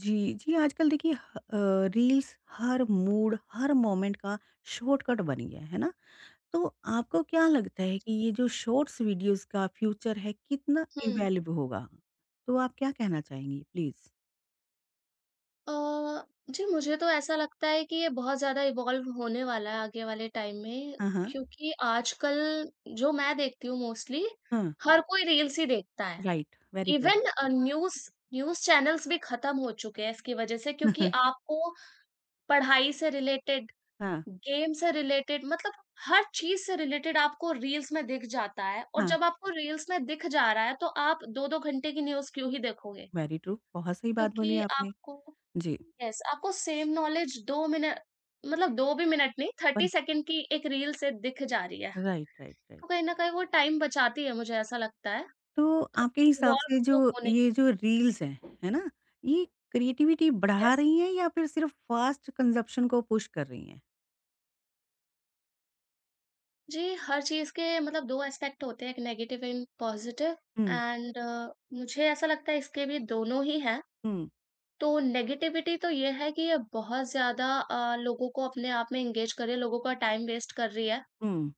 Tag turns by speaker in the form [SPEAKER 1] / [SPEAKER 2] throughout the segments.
[SPEAKER 1] जी, जी, आजकल देखिए रील्स हर मूड, हर मोमेंट का शॉर्टकट बन गया है ना? तो आपको क्या लगता है कि ये जो शॉर्ट्स वीडियोज़ का फ्यूचर है, कितना
[SPEAKER 2] हुँ।
[SPEAKER 1] इवैल्यूब होगा? तो आप क्या कहना चाहेंगी प्लीज़?
[SPEAKER 2] अ, जी, मुझे तो ऐसा लगता है कि ये बहुत ज़्यादा इवॉल्व होने वाला है आगे वाले टाइम में,
[SPEAKER 1] हाँ, हाँ।
[SPEAKER 2] क्योंकि आजकल जो मैं देखती हूँ मोस्टली,
[SPEAKER 1] हाँ,
[SPEAKER 2] हर कोई रील्स ही देखता है।
[SPEAKER 1] Right, very true.
[SPEAKER 2] Even news news channels भी खत्म हो चुके हैं इसकी वजह से क्योंकि आपको पढ़ाई से रिलेटेड,
[SPEAKER 1] हाँ,
[SPEAKER 2] गेम से रिलेटेड मतलब हर चीज़ से रिलेटेड आपको रील्स में दिख जाता है और
[SPEAKER 1] हाँ,
[SPEAKER 2] जब आपको रील्स में दिख जा रहा है, तो आप 2-2 घंटे की न्यूज़ क्यों ही देखोगे?
[SPEAKER 1] Very true. बहुत सही बात बोली
[SPEAKER 2] क्योंकि
[SPEAKER 1] आपने।
[SPEAKER 2] आपको
[SPEAKER 1] जी,
[SPEAKER 2] यस आपको सेम नॉलेज 2 मिनट मतलब 2 भी मिनट नहीं
[SPEAKER 1] पर
[SPEAKER 2] 30 सेकंड की एक रील से दिख जा रही है।
[SPEAKER 1] Right, right, right.
[SPEAKER 2] तो कहीं न कहीं वो टाइम बचाती है मुझे ऐसा लगता है।
[SPEAKER 1] तो
[SPEAKER 2] तो
[SPEAKER 1] आपके हिसाब
[SPEAKER 2] इवॉल्व
[SPEAKER 1] से जो
[SPEAKER 2] तो होने
[SPEAKER 1] ये जो रील्स हैं, है ना? ये क्रिएटिविटी बढ़ा
[SPEAKER 2] यस।
[SPEAKER 1] रही हैं या फिर सिर्फ़ फ़ास्ट कंज़प्शन को पुश कर रही हैं?
[SPEAKER 2] जी, हर चीज़ के मतलब 2 एस्पेक्ट होते हैं एक नेगेटिव एंड पॉजिटिव
[SPEAKER 1] हुँ,
[SPEAKER 2] एंड मुझे ऐसा लगता है इसके भी दोनों ही हैं।
[SPEAKER 1] हुँ,
[SPEAKER 2] तो नेगेटिविटी तो ये है कि ये बहुत ज़्यादा लोगों को अपने आप में एंगेज कर रही है, लोगों का टाइम वेस्ट कर रही है।
[SPEAKER 1] हुँ,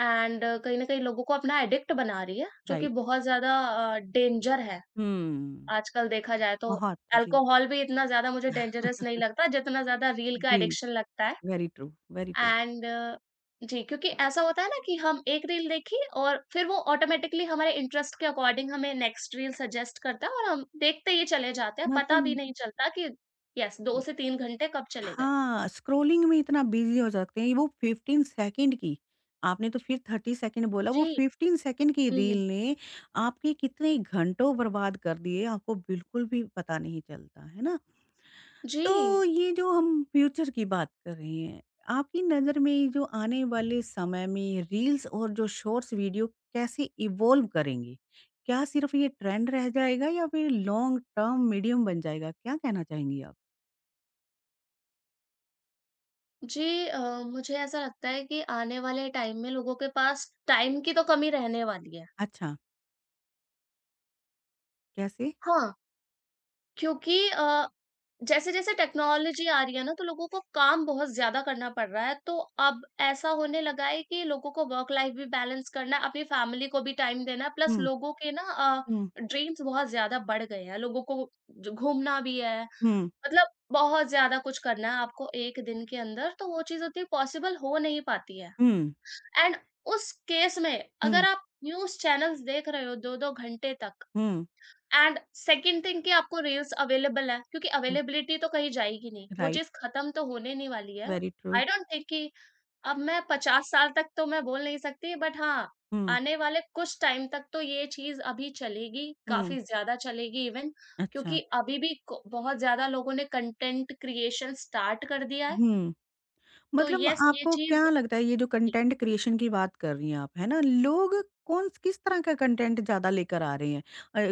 [SPEAKER 2] एंड कहीं न कहीं लोगों को अपना एडिक्ट बना रही है, जो कि
[SPEAKER 1] राइट।
[SPEAKER 2] बहुत ज़्यादा डेंजर है।
[SPEAKER 1] हुँ,
[SPEAKER 2] आजकल देखा जाए तो
[SPEAKER 1] बहुत जी।
[SPEAKER 2] अल्कोहल भी इतना ज़्यादा मुझे डेंजरस नहीं लगता, जितना ज़्यादा रील का
[SPEAKER 1] रील्स,
[SPEAKER 2] एडिक्शन लगता है।
[SPEAKER 1] Very true, very true.
[SPEAKER 2] And जी, क्योंकि ऐसा होता है ना कि हम एक रील देखी और फिर वो ऑटोमैटिकली हमारे इंटरेस्ट के अकॉर्डिंग हमें नेक्स्ट रील सजेस्ट करता है और हम देखते ही चले जाते हैं, पता भी
[SPEAKER 1] मतलब
[SPEAKER 2] नहीं चलता कि यस 2
[SPEAKER 1] उम,
[SPEAKER 2] से 3 घंटे कब चले गए।
[SPEAKER 1] हाँ, स्क्रॉलिंग में इतना बिज़ी हो जाते हैं, वो 15 सेकंड की आपने तो फिर 30 सेकंड बोला, वो
[SPEAKER 2] जी।
[SPEAKER 1] 15 सेकंड की
[SPEAKER 2] हुँ।
[SPEAKER 1] रील ने आपके कितने घंटों बर्बाद कर दिए, आपको बिल्कुल भी पता नहीं चलता, है ना?
[SPEAKER 2] जी।
[SPEAKER 1] तो ये जो हम फ्यूचर की बात कर रहे हैं, आपकी नज़र में ये जो आने वाले समय में रील्स और जो शॉर्ट्स वीडियो कैसे इवॉल्व करेंगे? क्या सिर्फ़ ये ट्रेंड रह जाएगा या फिर लॉन्ग टर्म मीडियम बन जाएगा? क्या कहना चाहेंगी आप?
[SPEAKER 2] जी मुझे ऐसा लगता है कि आने वाले टाइम में लोगों के पास टाइम की तो कमी रहने वाली है।
[SPEAKER 1] अच्छा, कैसे?
[SPEAKER 2] हाँ, क्योंकि जैसे-जैसे टेक्नोलॉजी आ रही है ना, तो लोगों को काम बहुत ज़्यादा करना पड़ रहा है। तो अब ऐसा होने लगा है कि लोगों को वर्क लाइफ भी बैलेंस करना है, अपनी फैमिली को भी टाइम देना है, प्लस
[SPEAKER 1] हुँ,
[SPEAKER 2] लोगों के ना
[SPEAKER 1] हुँ,
[SPEAKER 2] ड्रीम्स बहुत ज़्यादा बढ़ गए हैं। लोगों को जो घूमना भी है,
[SPEAKER 1] हुँ,
[SPEAKER 2] मतलब बहुत ज़्यादा कुछ करना है आपको एक दिन के अंदर, तो वो चीज़ उतनी पॉसिबल हो नहीं पाती है।
[SPEAKER 1] हुँ,
[SPEAKER 2] एंड उस केस में अगर
[SPEAKER 1] हुँ,
[SPEAKER 2] आप न्यूज़ चैनल्स देख रहे हो 2-2 घंटे तक
[SPEAKER 1] हुँ,
[SPEAKER 2] एंड सेकंड थिंग कि आपको रील्स अवेलेबल है क्योंकि
[SPEAKER 1] हुँ,
[SPEAKER 2] अवेलेबिलिटी तो कहीं जाएगी नहीं। वो
[SPEAKER 1] राइट,
[SPEAKER 2] चीज़ खत्म तो होने नहीं वाली है।
[SPEAKER 1] Very true.
[SPEAKER 2] I don't think कि अब मैं 50 साल तक तो मैं बोल नहीं सकती बट हाँ,
[SPEAKER 1] हुँ,
[SPEAKER 2] आने वाले कुछ टाइम तक तो ये चीज़ अभी चलेगी,
[SPEAKER 1] हुँ,
[SPEAKER 2] काफ़ी ज़्यादा चलेगी इवन
[SPEAKER 1] अच्छा,
[SPEAKER 2] क्योंकि अभी भी को बहुत ज़्यादा लोगों ने कंटेंट क्रिएशन स्टार्ट कर दिया है।
[SPEAKER 1] हुँ।
[SPEAKER 2] तो
[SPEAKER 1] मतलब
[SPEAKER 2] येस ये
[SPEAKER 1] आपको
[SPEAKER 2] चीज़
[SPEAKER 1] क्या लगता है ये जो कंटेंट क्रिएशन की बात कर रही हैं आप, है ना? लोग कौन स किस तरह का कंटेंट ज़्यादा लेकर आ रहे हैं?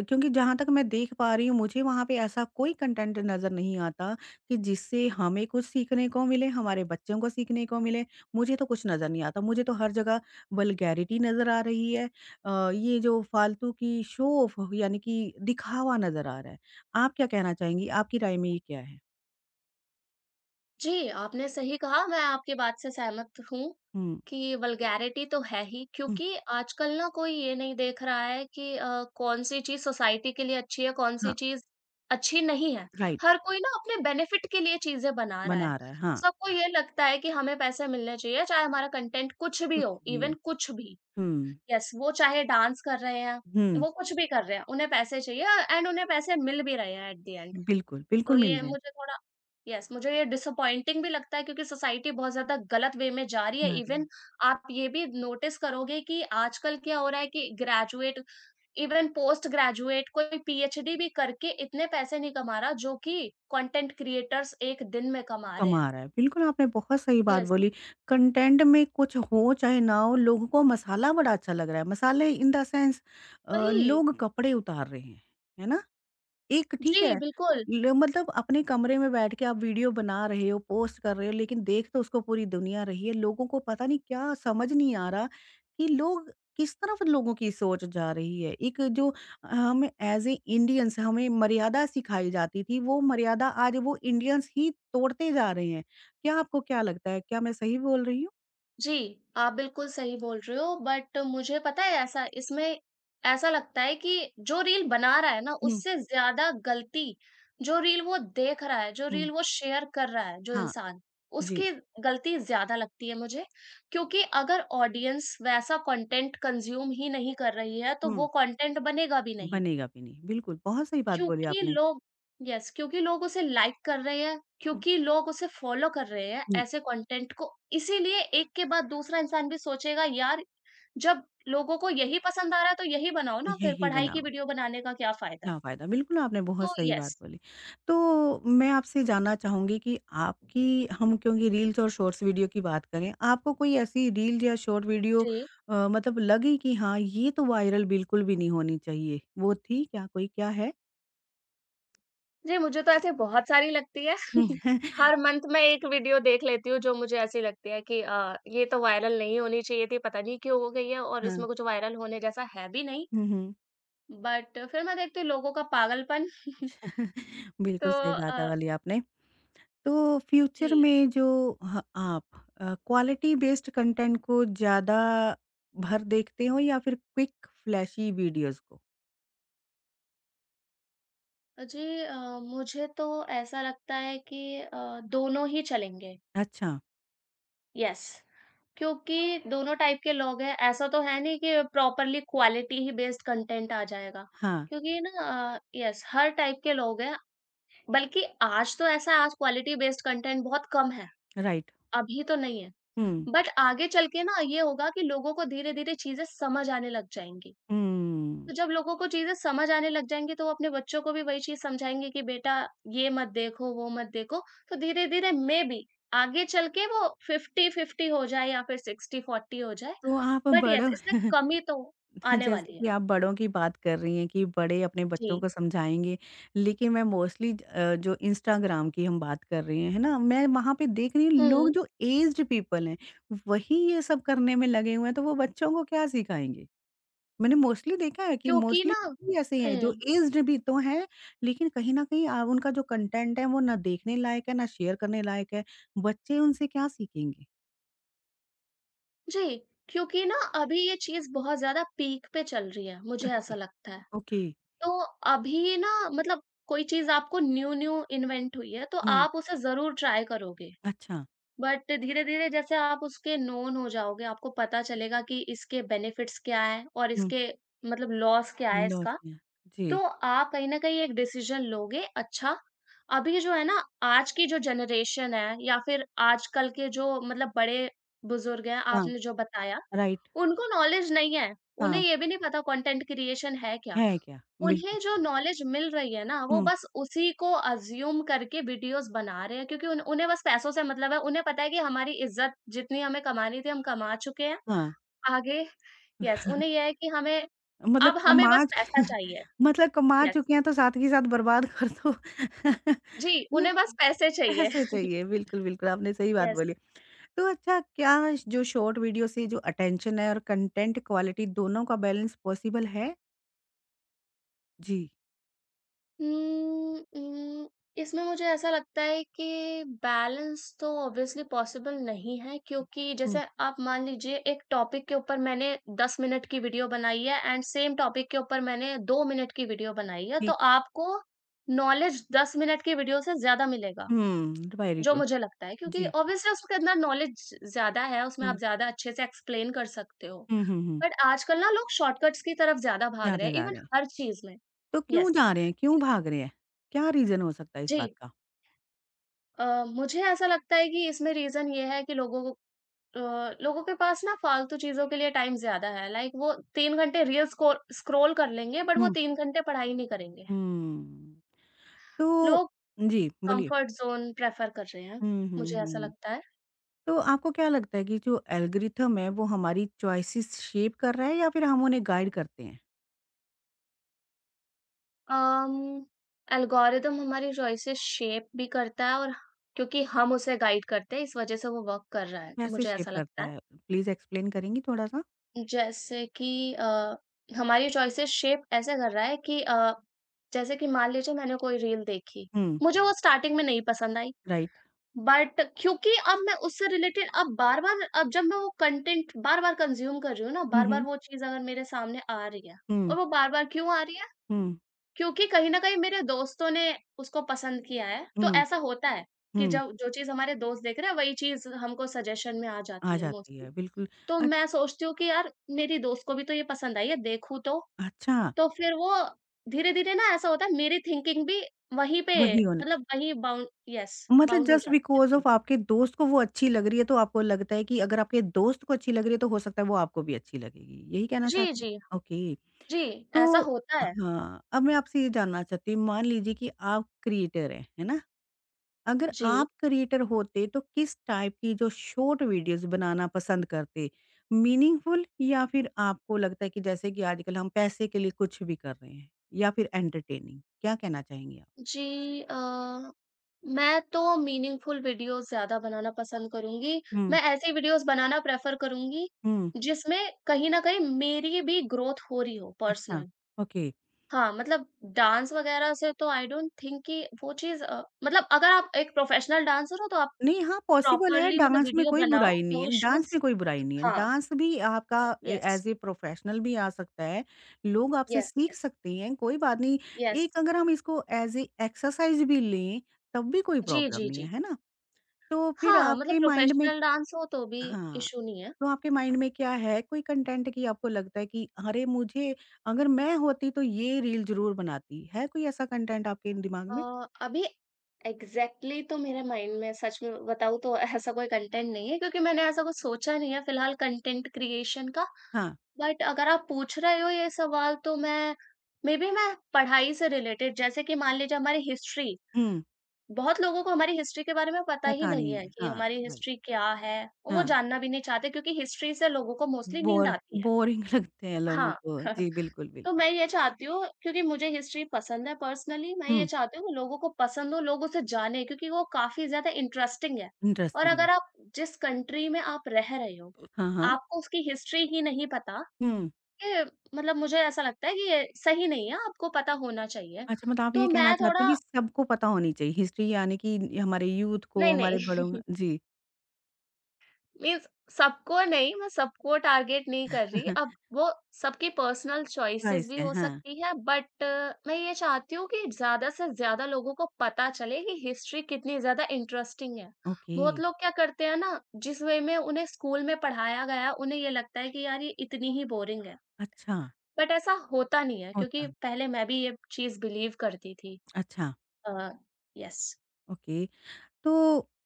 [SPEAKER 1] क्योंकि जहाँ तक मैं देख पा रही हूँ मुझे वहाँ पे ऐसा कोई कंटेंट नज़र नहीं आता कि जिससे हमें कुछ सीखने को मिले, हमारे बच्चों को सीखने को मिले। मुझे तो कुछ नज़र नहीं आता। मुझे तो हर जगह वल्गैरिटी नज़र आ रही है। ये जो फालतू की शो ऑफ यानी कि दिखावा नज़र आ रहा है। आप क्या कहना चाहेंगी? आपकी राय में ये क्या है?
[SPEAKER 2] जी, आपने सही कहा, मैं आपकी बात से सहमत हूँ
[SPEAKER 1] हुँ।
[SPEAKER 2] कि वल्गैरिटी तो है ही
[SPEAKER 1] हुँ।
[SPEAKER 2] क्योंकि आजकल ना कोई ये नहीं देख रहा है कि कौन-सी चीज़ सोसाइटी के लिए अच्छी है, कौन-सी
[SPEAKER 1] हाँ,
[SPEAKER 2] चीज़ अच्छी नहीं है।
[SPEAKER 1] राइट
[SPEAKER 2] हर कोई ना अपने बेनिफिट के लिए चीज़ें बना रहा है।
[SPEAKER 1] बना रहा है। हाँ।
[SPEAKER 2] सबको ये लगता है कि हमें पैसे मिलने चाहिए चाहे हमारा कंटेंट कुछ भी
[SPEAKER 1] कुछ
[SPEAKER 2] हो,
[SPEAKER 1] भी
[SPEAKER 2] इवन
[SPEAKER 1] हो।
[SPEAKER 2] कुछ भी।
[SPEAKER 1] हुँ,
[SPEAKER 2] यस, वो चाहे डांस कर रहे हैं,
[SPEAKER 1] हुँ।
[SPEAKER 2] वो कुछ भी कर रहे हैं, उन्हें पैसे चाहिए एंड उन्हें पैसे मिल भी रहे हैं एट द एंड।
[SPEAKER 1] बिल्कुल,
[SPEAKER 2] तो
[SPEAKER 1] बिल्कुल मिल
[SPEAKER 2] ये
[SPEAKER 1] रहे हैं,
[SPEAKER 2] मुझे थोड़ा यस मुझे ये डिसअपॉइंटिंग भी लगता है क्योंकि सोसाइटी बहुत ज्यादा गलत वे में जा रही है
[SPEAKER 1] जा रही
[SPEAKER 2] इवन
[SPEAKER 1] है,
[SPEAKER 2] आप ये भी नोटिस करोगे कि आजकल क्या हो रहा है कि ग्रेजुएट इवन पोस्ट ग्रेजुएट कोई पीएचडी भी करके इतने पैसे नहीं कमा रहा जो कि कंटेंट क्रिएटर्स एक दिन में कमा रहे हैं
[SPEAKER 1] कमा रहा है। बिल्कुल, आपने बहुत सही बात
[SPEAKER 2] यस
[SPEAKER 1] बोली। कंटेंट में कुछ हो चाहे ना हो, लोगों को मसाला बड़ा अच्छा लग रहा है। मसाले इन द सेंस
[SPEAKER 2] वही
[SPEAKER 1] लोग कपड़े उतार रहे हैं, है ना? एक ठीक
[SPEAKER 2] जी
[SPEAKER 1] है,
[SPEAKER 2] बिल्कुल
[SPEAKER 1] ल मतलब अपने कमरे में बैठ के आप वीडियो बना रहे हो, पोस्ट कर रहे हो, लेकिन देख तो उसको पूरी दुनिया रही है। लोगों को पता नहीं क्या समझ नहीं आ रहा कि लोग किस तरफ लोगों की सोच जा रही है। एक जो हम एज़ ए इंडियंस हमें मर्यादा सिखाई जाती थी, वो मर्यादा आज वो इंडियंस ही तोड़ते जा रहे हैं। क्या आपको क्या लगता है? क्या मैं सही बोल रही हूँ?
[SPEAKER 2] जी, आप बिल्कुल सही बोल रहे हो बट मुझे पता है ऐसा इसमें ऐसा लगता है कि जो रील बना रहा है ना
[SPEAKER 1] हुँ,
[SPEAKER 2] उससे ज़्यादा गलती जो रील वो देख रहा है, जो
[SPEAKER 1] हुँ।
[SPEAKER 2] रील वो शेयर कर रहा है जो
[SPEAKER 1] हाँ,
[SPEAKER 2] इंसान,
[SPEAKER 1] जी।
[SPEAKER 2] उसकी गलती ज़्यादा लगती है मुझे। क्योंकि अगर ऑडियंस वैसा कंटेंट कंज़्यूम ही नहीं कर रही है तो
[SPEAKER 1] हुँ,
[SPEAKER 2] वो कंटेंट बनेगा भी नहीं।
[SPEAKER 1] बनेगा भी नहीं। बिल्कुल, बहुत सही बात बोली
[SPEAKER 2] क्योंकि
[SPEAKER 1] आपने।
[SPEAKER 2] लोग यस क्योंकि लोग उसे लाइक कर रहे हैं,
[SPEAKER 1] हुँ,
[SPEAKER 2] क्योंकि लोग उसे फॉलो कर रहे हैं
[SPEAKER 1] हुँ,
[SPEAKER 2] ऐसे कंटेंट को, इसीलिए एक के बाद दूसरा इंसान भी सोचेगा यार, जब लोगों को यही पसंद आ रहा है तो यही बनाओ ना फिर
[SPEAKER 1] यही
[SPEAKER 2] पढ़ाई की
[SPEAKER 1] बनाओ।
[SPEAKER 2] वीडियो बनाने का क्या फ़ायदा?
[SPEAKER 1] क्या फ़ायदा? बिल्कुल, आपने बहुत
[SPEAKER 2] तो
[SPEAKER 1] सही बात
[SPEAKER 2] यस।
[SPEAKER 1] बोली। तो मैं आपसे जानना चाहूँगी कि आपकी हम क्योंकि रील्स और शॉर्ट्स वीडियो की बात करें, आपको कोई ऐसी रील या शॉर्ट वीडियो
[SPEAKER 2] जी।
[SPEAKER 1] मतलब लगी कि हाँ, ये तो वायरल बिल्कुल भी नहीं होनी चाहिए, वो थी क्या कोई? क्या है?
[SPEAKER 2] जी, मुझे तो ऐसे बहुत सारी लगती है। हर मंथ मैं एक वीडियो देख लेती हूँ जो मुझे ऐसी लगती है कि ये तो वायरल नहीं होनी चाहिए थी, पता नहीं क्यों हो गई है और
[SPEAKER 1] हाँ।
[SPEAKER 2] इसमें कुछ वायरल होने जैसा है भी नहीं।
[SPEAKER 1] हुँ, हुँ।
[SPEAKER 2] बट फिर मैं देखती हूँ लोगों का पागलपन। तो
[SPEAKER 1] बिल्कुल सही
[SPEAKER 2] अ,
[SPEAKER 1] बात है वाली आपने। तो फ्यूचर
[SPEAKER 2] जी,
[SPEAKER 1] में जो ह आप क्वालिटी बेस्ड कंटेंट को ज़्यादा भर देखते हो या फिर क्विक फ्लैशी वीडियोज़ को?
[SPEAKER 2] जी मुझे तो ऐसा लगता है कि दोनों ही चलेंगे,
[SPEAKER 1] अच्छा।
[SPEAKER 2] यस। क्योंकि दोनों टाइप के लोग हैं, ऐसा तो है नहीं कि प्रॉपर्ली क्वालिटी ही बेस्ड कंटेंट आ जाएगा।
[SPEAKER 1] हाँ,
[SPEAKER 2] क्योंकि ना यस हर टाइप के लोग हैं, बल्कि आज तो ऐसा है आज क्वालिटी बेस्ड कंटेंट बहुत कम है,
[SPEAKER 1] राइट।
[SPEAKER 2] अभी तो नहीं है।
[SPEAKER 1] हुँ,
[SPEAKER 2] बट आगे चल के ना ये होगा कि लोगों को धीरे-धीरे चीज़ें समझ आने लग जाएँगी।
[SPEAKER 1] हुँ।
[SPEAKER 2] तो जब लोगों को चीज़ें समझ आने लग जाएँगी, तो वो अपने बच्चों को भी वही चीज़ समझाएँगे कि बेटा ये मत देखो, वो मत देखो। तो धीरे-धीरे मेबी आगे चल के वो 50-50 हो जाए या फिर 60-40 हो जाए।
[SPEAKER 1] तो आप
[SPEAKER 2] बट येस
[SPEAKER 1] बड़ों
[SPEAKER 2] इसमें कमी तो आने
[SPEAKER 1] जैसे
[SPEAKER 2] वाली है।
[SPEAKER 1] कि आप बड़ों की बात कर रही हैं कि बड़े अपने
[SPEAKER 2] जी।
[SPEAKER 1] बच्चों को समझाएँगे, लेकिन मैं मोस्टली जो इंस्टाग्राम की हम बात कर रहे हैं, है ना? मैं वहाँ पे देख रही हूँ
[SPEAKER 2] हुँ,
[SPEAKER 1] लोग जो एज्ड पीपल हैं, वही ये सब करने में लगे हुए हैं, तो वो बच्चों को क्या सिखाएँगे? मैंने मोस्टली देखा है कि
[SPEAKER 2] क्योंकि
[SPEAKER 1] मोस्टली
[SPEAKER 2] ना
[SPEAKER 1] भी ऐसे ही हैं जो
[SPEAKER 2] हुँ,
[SPEAKER 1] एज्ड भी तो हैं, लेकिन कहीं न कहीं उनका जो कंटेंट है वो ना देखने लायक है, ना शेयर करने लायक है। बच्चे उनसे क्या सीखेंगे?
[SPEAKER 2] जी, क्योंकि ना अभी ये चीज़ बहुत ज़्यादा पीक पे चल रही है, मुझे
[SPEAKER 1] अच्छा।
[SPEAKER 2] ऐसा लगता है।
[SPEAKER 1] ओके।
[SPEAKER 2] तो अभी ना मतलब कोई चीज़ आपको न्यू-न्यू इन्वेंट हुई है, तो
[SPEAKER 1] हुँ।
[SPEAKER 2] आप उसे ज़रूर ट्राई करोगे।
[SPEAKER 1] अच्छा।
[SPEAKER 2] बट धीरे-धीरे जैसे आप उसके नोन हो जाओगे, आपको पता चलेगा कि इसके बेनिफिट्स क्या हैं और
[SPEAKER 1] हुँ।
[SPEAKER 2] इसके मतलब लॉस क्या है इसका,
[SPEAKER 1] लॉस गया।
[SPEAKER 2] तो
[SPEAKER 1] जी।
[SPEAKER 2] आप कहीं न कहीं एक डिसीज़न लोगे अच्छा, अभी जो है ना आज की जो जनरेशन है या फिर आजकल के जो मतलब बड़े-बुज़ुर्ग हैं,
[SPEAKER 1] हाँ,
[SPEAKER 2] आपने जो बताया,
[SPEAKER 1] राइट।
[SPEAKER 2] उनको नॉलेज नहीं है। उन्हें
[SPEAKER 1] हाँ,
[SPEAKER 2] ये भी नहीं पता कंटेंट क्रिएशन है क्या?
[SPEAKER 1] है क्या? बिल्कुल।
[SPEAKER 2] उन्हें जो नॉलेज मिल रही है ना, वो
[SPEAKER 1] हुँ।
[SPEAKER 2] बस उसी को अज़्यूम करके वीडियोज़ बना रहे हैं क्योंकि उन उन्हें बस पैसों से मतलब है। उन्हें पता है कि हमारी इज़्ज़त जितनी हमें कमानी थी, हम कमा चुके हैं।
[SPEAKER 1] हाँ।
[SPEAKER 2] आगे यस, उन्हें ये है कि हमें
[SPEAKER 1] मतलब
[SPEAKER 2] अब हमें
[SPEAKER 1] कमा
[SPEAKER 2] बस पैसा चाहिए।
[SPEAKER 1] मतलब कमा
[SPEAKER 2] यस।
[SPEAKER 1] चुके हैं तो साथ के साथ बर्बाद कर दो।
[SPEAKER 2] जी,
[SPEAKER 1] नहीं,
[SPEAKER 2] उन्हें बस पैसे चाहिए।
[SPEAKER 1] पैसे चाहिए। बिल्कुल, बिल्कुल आपने सही बात
[SPEAKER 2] यस।
[SPEAKER 1] बोली। तो अच्छा क्या जो शॉर्ट वीडियो से जो अटेंशन है और कंटेंट क्वालिटी दोनों का बैलेंस पॉसिबल है? जी।
[SPEAKER 2] उम्म, उम्म, इसमें मुझे ऐसा लगता है कि बैलेंस तो ऑब्वियसली पॉसिबल नहीं है क्योंकि
[SPEAKER 1] हुँ,
[SPEAKER 2] जैसे आप मान लीजिए एक टॉपिक के ऊपर मैंने 10 मिनट की वीडियो बनाई है एंड सेम टॉपिक के ऊपर मैंने 2 मिनट की वीडियो बनाई है, तो
[SPEAKER 1] ठीक।
[SPEAKER 2] आपको नॉलेज 10 मिनट की वीडियो से ज़्यादा मिलेगा,
[SPEAKER 1] हुँ, बाय
[SPEAKER 2] जो
[SPEAKER 1] रिट्रो।
[SPEAKER 2] मुझे लगता है क्योंकि
[SPEAKER 1] जी।
[SPEAKER 2] ऑब्वियसली उसके अंदर नॉलेज ज़्यादा है, उसमें आप
[SPEAKER 1] हुँ।
[SPEAKER 2] ज़्यादा अच्छे से एक्सप्लेन कर सकते हो।
[SPEAKER 1] हुँ, हुँ, हुँ।
[SPEAKER 2] बट आजकल ना लोग शॉर्टकट्स की तरफ ज़्यादा भाग रहे
[SPEAKER 1] ज़्यादा
[SPEAKER 2] हैं
[SPEAKER 1] जा
[SPEAKER 2] इवन
[SPEAKER 1] रहे हैं।
[SPEAKER 2] हर चीज़ में।
[SPEAKER 1] तो क्यों
[SPEAKER 2] यस।
[SPEAKER 1] जा रहे हैं? क्यों भाग रहे हैं? क्या रीज़न हो सकता है इस बात
[SPEAKER 2] जी।
[SPEAKER 1] का?
[SPEAKER 2] मुझे ऐसा लगता है कि इसमें रीज़न ये है कि लोगों को अ, लोगों के पास ना फालतू चीज़ों के लिए टाइम ज़्यादा है। लाइक वो 3 घंटे रील्स को स्क्रॉल कर लेंगे बट वो
[SPEAKER 1] हुँ।
[SPEAKER 2] 3 घंटे पढ़ाई नहीं करेंगे।
[SPEAKER 1] हुँ, तो
[SPEAKER 2] लोग
[SPEAKER 1] जी, बोलिए।
[SPEAKER 2] कंफर्ट ज़ोन प्रेफ़र कर रहे हैं,
[SPEAKER 1] हुँ,
[SPEAKER 2] मुझे
[SPEAKER 1] हुँ,
[SPEAKER 2] ऐसा
[SPEAKER 1] हुँ।
[SPEAKER 2] लगता है।
[SPEAKER 1] तो आपको क्या लगता है कि जो एल्गोरिथम है, वो हमारी चॉइसेस शेप कर रहा है या फिर हम उन्हें गाइड करते हैं?
[SPEAKER 2] अम, एल्गोरिदम हमारी चॉइसेस शेप भी करता है और क्योंकि हम उसे गाइड करते हैं इस वज़ह से वो वर्क कर रहा है,
[SPEAKER 1] कैसे
[SPEAKER 2] मुझे
[SPEAKER 1] शेप
[SPEAKER 2] ऐसा लगता
[SPEAKER 1] करता
[SPEAKER 2] है।
[SPEAKER 1] है? प्लीज़ एक्सप्लेन करेंगी थोड़ा-सा?
[SPEAKER 2] जैसे कि हमारी चॉइसेस शेप ऐसे कर रहा है कि जैसे कि मान लीजिए मैंने कोई रील देखी,
[SPEAKER 1] हुँ,
[SPEAKER 2] मुझे वो स्टार्टिंग में नहीं पसंद आई,
[SPEAKER 1] राइट।
[SPEAKER 2] बट क्योंकि अब मैं उससे रिलेटेड अब बार-बार अब जब मैं वो कंटेंट बार-बार कंज़्यूम कर रही हूँ ना,
[SPEAKER 1] हुँ,
[SPEAKER 2] बार-बार
[SPEAKER 1] हुँ,
[SPEAKER 2] वो चीज़ अगर मेरे सामने आ रही है
[SPEAKER 1] हुँ,
[SPEAKER 2] और वो बार-बार क्यों आ रही है?
[SPEAKER 1] हुँ,
[SPEAKER 2] क्योंकि कहीं न कहीं मेरे दोस्तों ने उसको पसंद किया है, तो
[SPEAKER 1] हुँ,
[SPEAKER 2] ऐसा होता है कि
[SPEAKER 1] हुँ,
[SPEAKER 2] जब जो चीज़ हमारे दोस्त देख रहे हैं, वही चीज़ हमको सजेशन में आ
[SPEAKER 1] आ
[SPEAKER 2] जाती है
[SPEAKER 1] जाती
[SPEAKER 2] मोस्टली।
[SPEAKER 1] है, बिल्कुल।
[SPEAKER 2] तो
[SPEAKER 1] अ
[SPEAKER 2] मैं सोचती हूँ कि यार मेरी दोस्त को भी तो ये पसंद आई है, देखूँ तो।
[SPEAKER 1] अच्छा,
[SPEAKER 2] तो फिर वो धीरे-धीरे ना ऐसा होता है मेरी थिंकिंग भी वहीं पे
[SPEAKER 1] वही होने
[SPEAKER 2] मतलब वहीं बाउंड यस,
[SPEAKER 1] मतलब
[SPEAKER 2] बाउंड हो
[SPEAKER 1] जस्ट
[SPEAKER 2] जाती है
[SPEAKER 1] बिकॉज़
[SPEAKER 2] थिंक
[SPEAKER 1] ऑफ आपके दोस्त को वो अच्छी लग रही है, तो आपको लगता है कि अगर आपके दोस्त को अच्छी लग रही है, तो हो सकता है वो आपको भी अच्छी लगेगी। यही कहना
[SPEAKER 2] जी,
[SPEAKER 1] चाहते हैं?
[SPEAKER 2] जी,
[SPEAKER 1] ओके।
[SPEAKER 2] जी, ऐसा
[SPEAKER 1] तो
[SPEAKER 2] होता है।
[SPEAKER 1] हाँ, अब मैं आपसे ये जानना चाहती हूँ, मान लीजिए कि आप क्रिएटर हैं, है ना? अगर
[SPEAKER 2] जी,
[SPEAKER 1] आप क्रिएटर होते, तो किस टाइप की जो शॉर्ट वीडियोज़ बनाना पसंद करते? मीनिंगफुल या फिर आपको लगता है कि जैसे कि आजकल हम पैसे के लिए कुछ भी कर रहे हैं या फिर एंटरटेनिंग? क्या कहना चाहेंगी आप?
[SPEAKER 2] जी मैं तो मीनिंगफुल वीडियोज़ ज़्यादा बनाना पसंद करूँगी।
[SPEAKER 1] हुँ,
[SPEAKER 2] मैं ऐसी वीडियोज़ बनाना प्रेफ़र करूँगी
[SPEAKER 1] हुँ।
[SPEAKER 2] जिसमें कहीं न कहीं मेरी भी ग्रोथ हो रही हो
[SPEAKER 1] अच्छा,
[SPEAKER 2] पर्सनल।
[SPEAKER 1] ओके।
[SPEAKER 2] हाँ, मतलब डांस वगैरह से तो आई डोंट थिंक कि वो चीज़ मतलब अगर आप एक प्रोफेशनल डांसर हो तो आप
[SPEAKER 1] नहीं, हाँ, पॉसिबल है,
[SPEAKER 2] प्रॉपर्ली मतलब
[SPEAKER 1] डांस में
[SPEAKER 2] वीडियो
[SPEAKER 1] कोई
[SPEAKER 2] बनाओ,
[SPEAKER 1] बुराई नहीं
[SPEAKER 2] नो
[SPEAKER 1] है डांस
[SPEAKER 2] इश्यूज़
[SPEAKER 1] में कोई बुराई नहीं है।
[SPEAKER 2] हाँ,
[SPEAKER 1] डांस भी आपका a
[SPEAKER 2] yes,
[SPEAKER 1] as a professional भी आ सकता है, लोग आपसे
[SPEAKER 2] यस,
[SPEAKER 1] सीख
[SPEAKER 2] यस,
[SPEAKER 1] सकते हैं, कोई बात नहीं।
[SPEAKER 2] यस।
[SPEAKER 1] एक अगर हम इसको एज़ ए एक्सरसाइज़ भी लें, तब भी कोई
[SPEAKER 2] जी,
[SPEAKER 1] प्रॉब्लम
[SPEAKER 2] जी,
[SPEAKER 1] नहीं है,
[SPEAKER 2] जी।
[SPEAKER 1] है ना? तो फिर
[SPEAKER 2] हाँ, मतलब
[SPEAKER 1] आपके माइंड में
[SPEAKER 2] प्रोफेशनल डांस हो तो भी
[SPEAKER 1] हाँ,
[SPEAKER 2] इश्यू नहीं है।
[SPEAKER 1] तो आपके माइंड में क्या है, कोई कंटेंट की आपको लगता है कि अरे! मुझे अगर मैं होती तो ये रील ज़रूर बनाती। है कोई ऐसा कंटेंट आपके दिमाग में?
[SPEAKER 2] अभी एग्ज़ैक्टली तो मेरे माइंड में सच में बताऊँ तो ऐसा कोई कंटेंट नहीं है क्योंकि मैंने ऐसा कुछ सोचा नहीं है फिलहाल कंटेंट क्रिएशन का।
[SPEAKER 1] हाँ,
[SPEAKER 2] बट अगर आप पूछ रहे हो ये सवाल तो मैं मे बी मैं पढ़ाई से रिलेटेड जैसे कि मान लीजिए हमारी हिस्ट्री
[SPEAKER 1] हुँ,
[SPEAKER 2] बहुत लोगों को हमारी हिस्ट्री के बारे में पता ही
[SPEAKER 1] पता
[SPEAKER 2] नहीं
[SPEAKER 1] नहीं
[SPEAKER 2] है
[SPEAKER 1] है।
[SPEAKER 2] कि
[SPEAKER 1] हाँ,
[SPEAKER 2] हमारी
[SPEAKER 1] राइट।
[SPEAKER 2] हिस्ट्री क्या है वो
[SPEAKER 1] हाँ।
[SPEAKER 2] जानना भी नहीं चाहते क्योंकि हिस्ट्री से लोगों को मोस्टली नींद
[SPEAKER 1] बोर
[SPEAKER 2] आती है
[SPEAKER 1] बोरिंग लगते हैं लोगों
[SPEAKER 2] हाँ
[SPEAKER 1] को। जी, बिल्कुल,
[SPEAKER 2] तो
[SPEAKER 1] बिल्कुल।
[SPEAKER 2] मैं ये चाहती हूँ क्योंकि मुझे हिस्ट्री पसंद है पर्सनली मैं ये
[SPEAKER 1] हुँ,
[SPEAKER 2] चाहती हूँ कि लोगों को पसंद हो लोग उसे जाने क्योंकि वो काफी ज्यादा इंटरेस्टिंग है और
[SPEAKER 1] इंटरेस्टिंग
[SPEAKER 2] अगर
[SPEAKER 1] है।
[SPEAKER 2] आप जिस कंट्री में आप रह रहे हो
[SPEAKER 1] हाँ, हाँ।
[SPEAKER 2] आपको उसकी हिस्ट्री ही नहीं पता
[SPEAKER 1] हुँ,
[SPEAKER 2] ये मतलब मुझे ऐसा लगता है कि ये सही नहीं है, आपको पता होना चाहिए।
[SPEAKER 1] अच्छा मतलब आप
[SPEAKER 2] तो
[SPEAKER 1] ये कहना
[SPEAKER 2] मैं
[SPEAKER 1] चाहते
[SPEAKER 2] थोड़ा
[SPEAKER 1] हैं कि सबको पता होनी चाहिए हिस्ट्री यानी कि हमारे यूथ को,
[SPEAKER 2] नहीं,
[SPEAKER 1] हमारे बड़ों
[SPEAKER 2] नहीं
[SPEAKER 1] को- जी,
[SPEAKER 2] मीन्स सबको नहीं, मैं सबको टारगेट नहीं कर रही। अब वो सबकी पर्सनल चॉइसेस
[SPEAKER 1] राइस
[SPEAKER 2] भी
[SPEAKER 1] है,
[SPEAKER 2] हो
[SPEAKER 1] हाँ।
[SPEAKER 2] सकती है बट मैं ये चाहती हूँ कि ज़्यादा से ज़्यादा लोगों को पता चले कि हिस्ट्री कितनी ज़्यादा इंटरेस्टिंग है।
[SPEAKER 1] ओके,
[SPEAKER 2] बहुत लोग क्या करते हैं ना, जिस वे में उन्हें स्कूल में पढ़ाया गया, उन्हें ये लगता है कि यार ये इतनी ही बोरिंग है।
[SPEAKER 1] अच्छा,
[SPEAKER 2] बट ऐसा होता नहीं है क्योंकि
[SPEAKER 1] होता
[SPEAKER 2] पहले मैं भी ये चीज़ बिलीव करती थी।
[SPEAKER 1] अच्छा,
[SPEAKER 2] अ, यस।
[SPEAKER 1] ओके। तो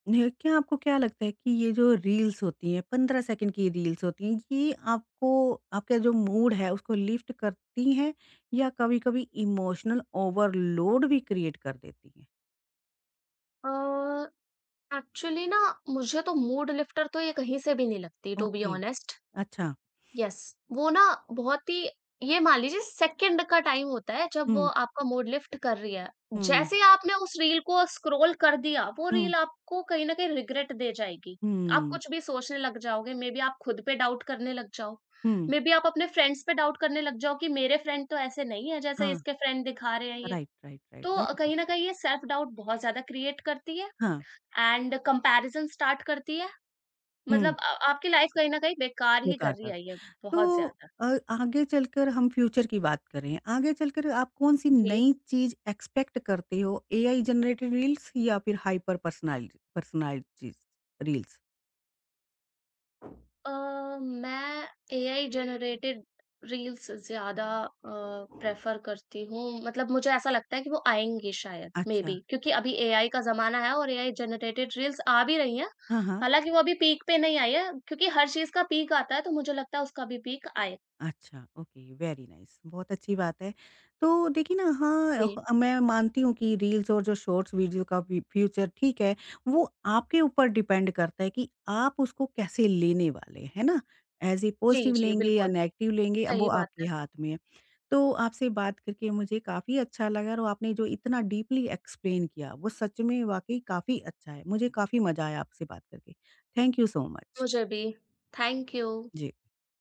[SPEAKER 1] न क्या आपको क्या लगता है कि ये जो रील्स होती हैं 15 सेकंड की रील्स होती हैं, ये आपको आपका जो मूड है उसको लिफ्ट करती हैं या कभी-कभी इमोशनल ओवरलोड भी क्रिएट कर देती हैं?
[SPEAKER 2] अ, एक्चुअली ना मुझे तो मूड लिफ्टर तो ये कहीं से भी नहीं लगती टू बी
[SPEAKER 1] ओके,
[SPEAKER 2] ऑनेस्ट।
[SPEAKER 1] अच्छा।
[SPEAKER 2] यस, वो ना बहुत ही ये मान लीजिए सेकंड का टाइम होता है जब वो
[SPEAKER 1] हुँ,
[SPEAKER 2] आपका मूड लिफ्ट कर रही है।
[SPEAKER 1] हुँ,
[SPEAKER 2] जैसे ही आपने उस रील को स्क्रॉल कर दिया, वो
[SPEAKER 1] हुँ,
[SPEAKER 2] रील आपको कहीं न कहीं रिग्रेट दे जाएगी। आप
[SPEAKER 1] हुँ,
[SPEAKER 2] कुछ भी सोचने लग जाओगे, मे बी आप खुद पे डाउट करने लग जाओ।
[SPEAKER 1] हुँ।
[SPEAKER 2] मे बी आप अपने फ्रेंड्स पे डाउट करने लग जाओ कि मेरे फ्रेंड तो ऐसे नहीं है जैसे
[SPEAKER 1] हाँ,
[SPEAKER 2] इसके फ्रेंड दिखा रहे हैं ये।
[SPEAKER 1] राइट, राइट, राइट,
[SPEAKER 2] तो
[SPEAKER 1] वेरी गुड।
[SPEAKER 2] कहीं न कहीं ये सेल्फ डाउट बहुत ज़्यादा क्रिएट करती है
[SPEAKER 1] हाँ,
[SPEAKER 2] एंड कंपैरिज़न स्टार्ट करती है। मतलब
[SPEAKER 1] हुँ।
[SPEAKER 2] आपकी लाइफ़ कहीं न कहीं बेकार ही
[SPEAKER 1] बेकार
[SPEAKER 2] कर रही
[SPEAKER 1] कर
[SPEAKER 2] है
[SPEAKER 1] दी।
[SPEAKER 2] ये
[SPEAKER 1] तो
[SPEAKER 2] बहुत ज़्यादा।
[SPEAKER 1] अ, आगे चलकर हम फ्यूचर की बात करें, आगे चलकर आप कौन-सी
[SPEAKER 2] जी।
[SPEAKER 1] नई चीज़ एक्सपेक्ट करते हो? एआई जनरेटेड रील्स या फिर हाइपर पर्सनैलिटीज़ रील्स?
[SPEAKER 2] अ, मैं एआई जनरेटेड रील्स ज़्यादा प्रेफ़र करती हूँ। मतलब मुझे ऐसा लगता है कि वो आएँगी शायद
[SPEAKER 1] अच्छा।
[SPEAKER 2] मेबी क्योंकि अभी एआई का ज़माना है और एआई जनरेटेड रील्स आ भी रही हैं।
[SPEAKER 1] हाँ, हाँ।
[SPEAKER 2] हालाँकि वो अभी पीक पे नहीं आई है क्योंकि हर चीज़ का पीक आता है तो मुझे लगता है उसका भी पीक आए।
[SPEAKER 1] अच्छा, ओके, वेरी नाइस बहुत अच्छी बात है। तो देखिए ना हाँ,
[SPEAKER 2] जी।
[SPEAKER 1] ह मैं मानती हूँ कि रील्स और जो शॉर्ट्स वीडियो का फ़ी फ्यूचर ठीक है, वो आपके ऊपर डिपेंड करता है कि आप उसको कैसे लेने वाले हैं, है ना? ऐज़ ए
[SPEAKER 2] जी,
[SPEAKER 1] पॉज़िटिव
[SPEAKER 2] जी,
[SPEAKER 1] लेंगे या
[SPEAKER 2] बिल्कुल,
[SPEAKER 1] नेगेटिव लेंगे अब वो
[SPEAKER 2] सही बात
[SPEAKER 1] आपके
[SPEAKER 2] है।
[SPEAKER 1] हाथ में है। तो आपसे बात करके मुझे काफ़ी अच्छा लगा और आपने जो इतना डीपली एक्सप्लेन किया, वो सच में वाक़ई काफ़ी अच्छा है। मुझे काफ़ी मज़ा आया आपसे बात करके। Thank you so much.
[SPEAKER 2] मुझे भी। Thank you.
[SPEAKER 1] जी।